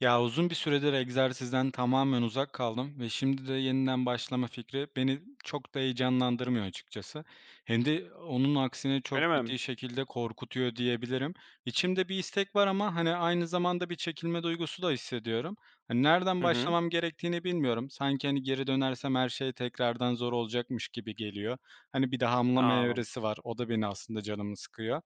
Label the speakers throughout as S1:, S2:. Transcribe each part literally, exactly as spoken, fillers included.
S1: Ya, uzun bir süredir egzersizden tamamen uzak kaldım ve şimdi de yeniden başlama fikri beni çok da heyecanlandırmıyor açıkçası. Hem de onun aksine çok
S2: Öyle
S1: ciddi
S2: mi?
S1: şekilde korkutuyor diyebilirim. İçimde bir istek var ama, hani, aynı zamanda bir çekilme duygusu da hissediyorum. Hani, nereden
S2: Hı hı.
S1: başlamam gerektiğini bilmiyorum. Sanki, hani, geri dönersem her şey tekrardan zor olacakmış gibi geliyor. Hani, bir daha hamlama
S2: A!
S1: evresi var. O da beni aslında canımı sıkıyor.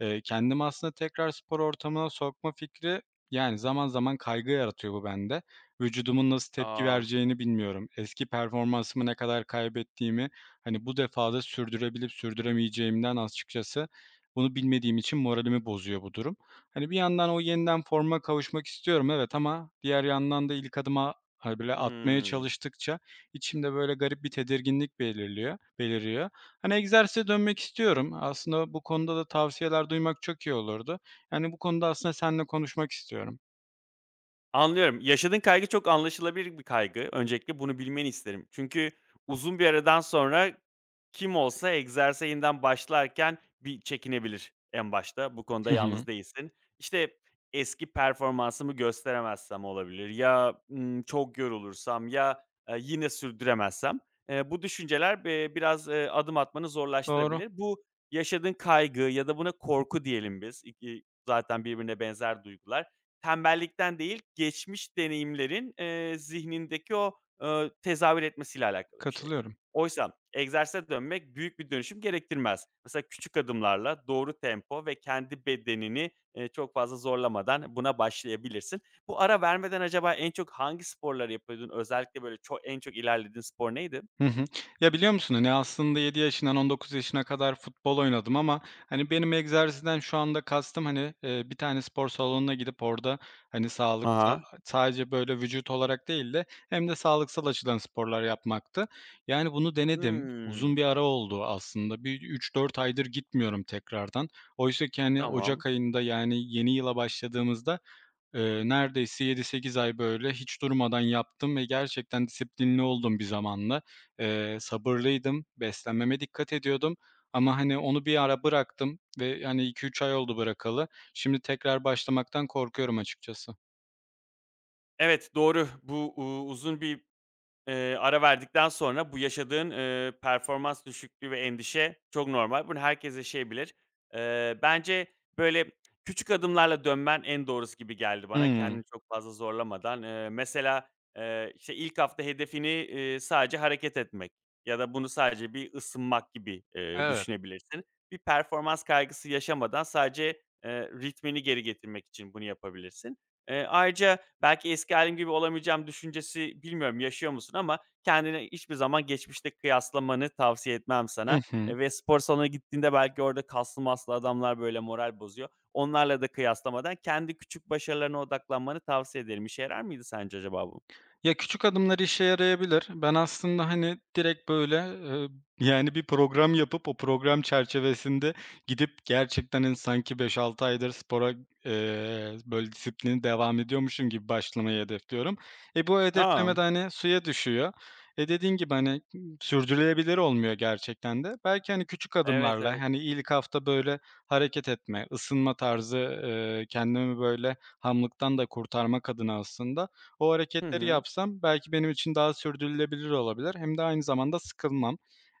S1: Eee, kendimi aslında tekrar spor ortamına sokma fikri, yani, zaman zaman kaygı yaratıyor bu bende. Vücudumun nasıl tepki
S2: A!
S1: vereceğini bilmiyorum. Eski performansımı ne kadar kaybettiğimi, hani, bu defada sürdürebilip sürdüremeyeceğimden açıkçası bunu bilmediğim için moralimi bozuyor bu durum. Hani, bir yandan o yeniden forma kavuşmak istiyorum, evet ama diğer yandan da ilk adıma hani, böyle atmaya
S2: Hıı.
S1: çalıştıkça içimde böyle garip bir tedirginlik belirliyor beliriyor. Hani egzersize dönmek istiyorum. Aslında bu konuda da tavsiyeler duymak çok iyi olurdu. Yani bu konuda aslında seninle konuşmak istiyorum.
S2: Anlıyorum. Yaşadığın kaygı çok anlaşılabilir bir kaygı. Öncelikle bunu bilmeni isterim. Çünkü uzun bir aradan sonra kim olsa egzersize yeniden başlarken bir çekinebilir en başta. Bu konuda
S1: Hı hı.
S2: yalnız değilsin. İşte, "Eski performansımı gösteremezsem olabilir ya, ımm, çok yorulursam ya, eee, yine sürdüremezsem." Eee, bu düşünceler, eee, biraz, eee, adım atmanı
S1: Doğru,
S2: zorlaştırabilir. Bu yaşadığın kaygı ya da buna korku diyelim biz. İ zaten birbirine benzer duygular. Tembellikten değil, geçmiş deneyimlerin, eee, zihnindeki o, eee, tezahür etmesiyle alakalı bir şey.
S1: katılıyorum.
S2: Oysa egzersize dönmek büyük bir dönüşüm gerektirmez. Mesela küçük adımlarla doğru tempo ve kendi bedenini, eee, çok fazla zorlamadan buna başlayabilirsin. Bu ara vermeden acaba en çok hangi sporları yapıyordun? Özellikle böyle ço en çok ilerlediğin spor neydi?
S1: Hı hı. Ya, biliyor musun, hani, aslında yedi yaşından on dokuz yaşına kadar futbol oynadım ama, hani, benim egzersizden şu anda kastım, hani, eee, bir tane spor salonuna gidip orada, hani,
S2: A
S1: sağlık sa
S2: ha.
S1: sadece böyle vücut olarak değil de hem de sağlıksal açıdan sporlar yapmaktı. Yani, bunu denedim.
S2: Hımm,
S1: Uzun bir ara oldu aslında. Bir üç dört aydır gitmiyorum tekrardan. Oysa ki, hani,
S2: tamam.
S1: ocak ayında, yani, yeni yıla başladığımızda, Eee, neredeyse yedi sekiz ay böyle hiç durmadan yaptım ve gerçekten disiplinli oldum bir zamanla. Eee, sabırlıydım, beslenmeme dikkat ediyordum ama, hani, onu bir ara bıraktım ve, yani, iki üç ay oldu bırakalı. Şimdi tekrar başlamaktan korkuyorum açıkçası.
S2: Evet, doğru. Bu, uuu, uzun bir Eee, ara verdikten sonra bu yaşadığın, eee, performans düşüklüğü ve endişe çok normal. Bunu herkes yaşayabilir. Eee, bence, Böyle, küçük adımlarla dönmen en doğrusu gibi geldi bana
S1: Hımm.
S2: kendini çok fazla zorlamadan. Eee, mesela, eee, işte, ilk hafta hedefini, eee, sadece hareket etmek ya da bunu sadece bir ısınmak gibi, eee,
S1: Evet.
S2: düşünebilirsin. Bir performans kaygısı yaşamadan sadece, eee, ritmini geri getirmek için bunu yapabilirsin. Eee, ayrıca belki eski hâlim gibi olamayacağım düşüncesi bilmiyorum yaşıyor musun ama kendini hiçbir zaman geçmişte kıyaslamanı tavsiye etmem
S1: Hı
S2: sana.
S1: hı.
S2: Eee, ve spor salonuna gittiğinde belki orada kaslı maslı adamlar böyle moral bozuyor. Onlarla da kıyaslamadan kendi küçük başarılarına odaklanmanı tavsiye ederim. İşe yarar mıydı sence acaba bu?
S1: Ya, küçük adımlar işe yarayabilir. Ben aslında, hani, direkt böyle, eee, yani, bir program yapıp o program çerçevesinde gidip gerçekten, hani, sanki beş altı aydır spora, eee, böyle disiplini devam ediyormuşum gibi başlamayı hedefliyorum. E, bu
S2: Aa.
S1: hedefleme de, hani, suya düşüyor. E, dediğin gibi, hani, sürdürülebilir olmuyor gerçekten de. Belki, hani, küçük
S2: Evet,
S1: adımlarla,
S2: evet.
S1: hani, ilk hafta böyle hareket etme, ısınma tarzı, eee, kendimi böyle hamlıktan da kurtarmak adına aslında o
S2: Hı
S1: hareketleri
S2: hı.
S1: yapsam belki benim için daha sürdürülebilir olabilir hem de aynı zamanda sıkılmam.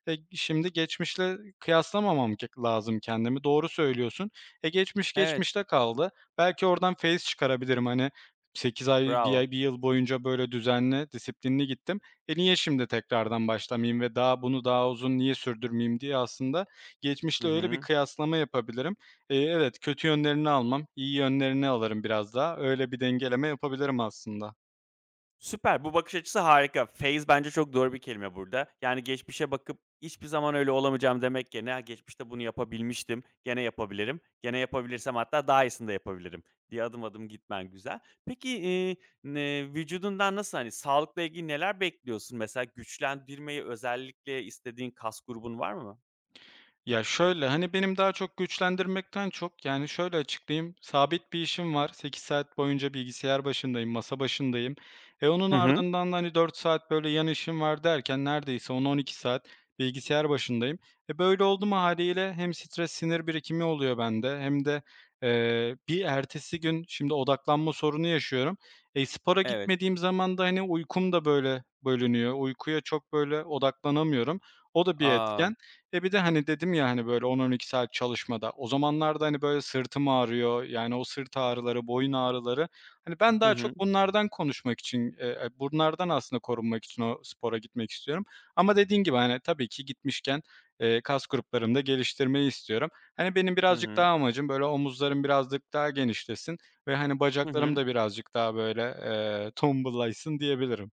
S1: E, şimdi geçmişle kıyaslamamam ke lazım kendimi. Doğru söylüyorsun. E, geçmiş
S2: Evet,
S1: geçmişte kaldı. Belki oradan feyz çıkarabilirim. Hani sekiz ay, bir
S2: bravo.
S1: ay, bir yıl boyunca böyle düzenli, disiplinli gittim. E, niye şimdi tekrardan başlamayayım ve daha bunu daha uzun niye sürdürmeyeyim diye aslında
S2: Hı
S1: geçmişle öyle bir
S2: hı.
S1: kıyaslama yapabilirim. Eee, evet, kötü yönlerini almam, iyi yönlerini alırım biraz daha. Öyle bir dengeleme yapabilirim aslında.
S2: Süper, bu bakış açısı harika. Phase bence çok doğru bir kelime burada. Yani geçmişe bakıp hiçbir zaman öyle olamayacağım demek yerine "Ya, geçmişte bunu yapabilmiştim, gene yapabilirim, gene yapabilirsem hatta daha iyisini de yapabilirim." diye adım adım gitmen güzel. Peki, eee, ne vücudundan nasıl, hani, sağlıkla ilgili neler bekliyorsun? Mesela güçlendirmeyi özellikle istediğin kas grubun var mı?
S1: Ya, şöyle, hani, benim daha çok güçlendirmekten çok, yani, şöyle açıklayayım, sabit bir işim var. Sekiz saat boyunca bilgisayar başındayım, masa başındayım. E, onun
S2: Hı hı.
S1: ardından da, hani, dört saat böyle yan işim var derken neredeyse on-on iki saat bilgisayar başındayım. E, böyle oldu mu hâliyle hem stres, sinir birikimi oluyor bende hem de, eee, bir ertesi gün şimdi odaklanma sorunu yaşıyorum. E, spora
S2: Evet.
S1: gitmediğim zaman da, hani, uykum da böyle bölünüyor. Uykuya çok böyle odaklanamıyorum. O da bir
S2: A!
S1: etken. E, bir de, hani, dedim ya, hani, böyle on-on iki saat çalışmada, o zamanlarda, hani, böyle sırtım ağrıyor, yani o sırt ağrıları, boyun ağrıları, hani, ben
S2: Hı
S1: daha
S2: hı.
S1: çok bunlardan konuşmak için, eee, eee, bunlardan aslında korunmak için o spora gitmek istiyorum. Ama dediğin gibi, hani, tabii ki gitmişken, eee, kas gruplarımı da geliştirmeyi istiyorum. Hani, benim
S2: Hı
S1: birazcık
S2: hı.
S1: daha amacım böyle omuzlarım birazcık daha genişlesin ve, hani,
S2: Hı
S1: bacaklarım
S2: hı.
S1: da birazcık daha böyle, eee, tombullaysın diyebilirim.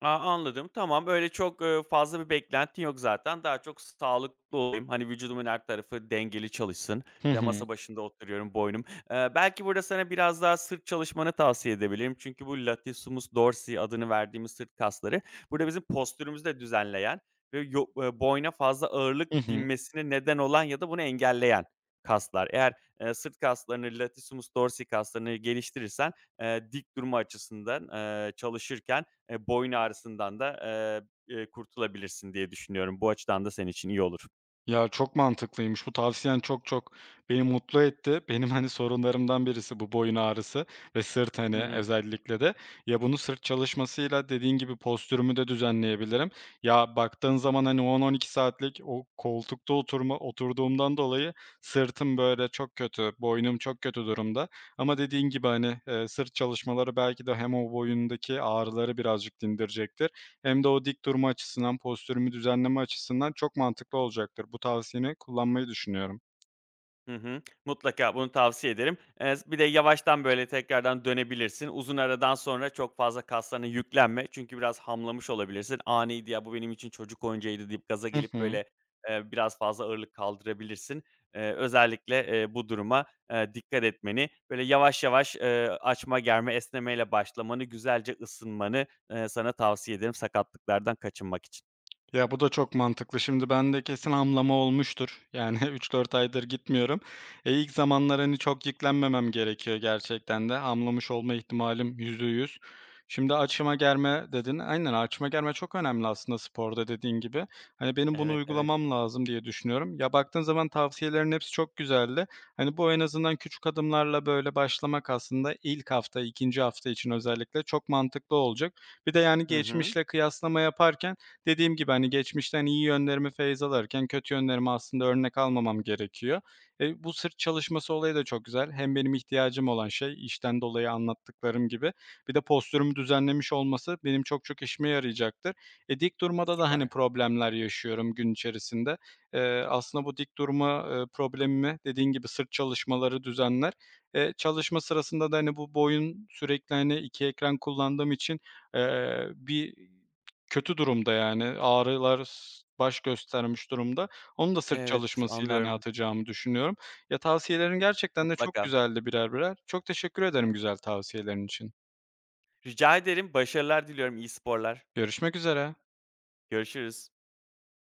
S2: A, anladım. Tamam, öyle çok, eee, fazla bir beklentin yok zaten. Daha çok sağlıklı olayım, hani, vücudumun her tarafı dengeli çalışsın.
S1: Hı
S2: Bir de
S1: hı.
S2: masa başında oturuyorum, boynum Eee, Belki burada sana biraz daha sırt çalışmanı tavsiye edebilirim. Çünkü bu latissimus dorsi adını verdiğimiz sırt kasları burada bizim postürümüzü de düzenleyen ve yo eee, boyna fazla ağırlık
S1: Hı hı.
S2: binmesine neden olan ya da bunu engelleyen kaslar. Eğer, eee, sırt kaslarını, latissimus dorsi kaslarını geliştirirsen, eee, dik durma açısından, eee, çalışırken Eee, boyun ağrısından da, eee, eee, kurtulabilirsin diye düşünüyorum. Bu açıdan da senin için iyi olur.
S1: Ya, çok mantıklıymış. Bu tavsiyen çok çok beni mutlu etti. Benim, hani, sorunlarımdan birisi bu boyun ağrısı ve sırt,
S2: Hı
S1: hani,
S2: hı.
S1: özellikle de. Ya, bunu sırt çalışmasıyla dediğin gibi postürümü de düzenleyebilirim. Ya, baktığın zaman, hani, on on iki saatlik o koltukta oturma oturduğumdan dolayı sırtım, böyle, çok kötü, boynum çok kötü durumda ama dediğin gibi, hani, eee, sırt çalışmaları belki de hem o boyundaki ağrıları birazcık dindirecektir hem de o dik durma açısından, postürümü düzenleme açısından çok mantıklı olacaktır. Bu tavsiyeni kullanmayı düşünüyorum.
S2: Hı hı. Mutlaka bunu tavsiye ederim. Eee, bir de yavaştan, böyle, tekrardan dönebilirsin. Uzun aradan sonra çok fazla kaslarına yüklenme çünkü biraz hamlamış olabilirsin. "Aniydi ya, bu benim için çocuk oyuncağıydı." deyip gaza
S1: Hı
S2: gelip,
S1: hı.
S2: böyle, eee, biraz fazla ağırlık kaldırabilirsin. Eee, özellikle, eee, bu duruma, eee, dikkat etmeni, böyle, yavaş yavaş, eee, açma, germe, esnemeyle başlamanı, güzelce ısınmanı, eee, sana tavsiye ederim sakatlıklardan kaçınmak için.
S1: Ya, bu da çok mantıklı. Şimdi bende kesin hamlama olmuştur. Yani üç dört aydır gitmiyorum. E, ilk zamanlar, hani, çok yüklenmemem gerekiyor gerçekten de. Hamlamış olma ihtimalim yüzde yüz. Şimdi açıma germe dedin. Aynen, açıma germe çok önemli aslında sporda dediğin gibi. Hani, benim bunu
S2: Evet, evet.
S1: uygulamam lazım diye düşünüyorum. Ya, baktığın zaman tavsiyelerin hepsi çok güzeldi. Hani, bu en azından küçük adımlarla, böyle, başlamak aslında ilk hafta, ikinci hafta için özellikle çok mantıklı olacak. Bir de, yani,
S2: Hı hı.
S1: geçmişle kıyaslama yaparken, dediğim gibi, hani, geçmişten iyi yönlerimi feyz alırken kötü yönlerimi aslında örnek almamam gerekiyor. Eee, bu sırt çalışması olayı da çok güzel. Hem benim ihtiyacım olan şey, işten dolayı anlattıklarım gibi, bir de postürümü düzenlemiş olması benim çok çok işime yarayacaktır. E, dik durmada da, hani,
S2: Süper.
S1: problemler yaşıyorum gün içerisinde. Eee, aslında bu dik durma, eee, problemimi dediğin gibi sırt çalışmaları düzenler. Eee, çalışma sırasında da, hani, bu boyun sürekli, hani, iki ekran kullandığım için, eee, bir kötü durumda yani, ağrılar s baş göstermiş durumda. Onu da sırt
S2: Evet,
S1: çalışmasıyla, hani,
S2: anlıyorum.
S1: atacağımı düşünüyorum. Ya, tavsiyelerin gerçekten de çok
S2: Mutlaka.
S1: güzeldi birer birer. Çok teşekkür ederim güzel tavsiyelerin için.
S2: Rica ederim. Başarılar diliyorum. İyi sporlar.
S1: Görüşmek üzere.
S2: Görüşürüz.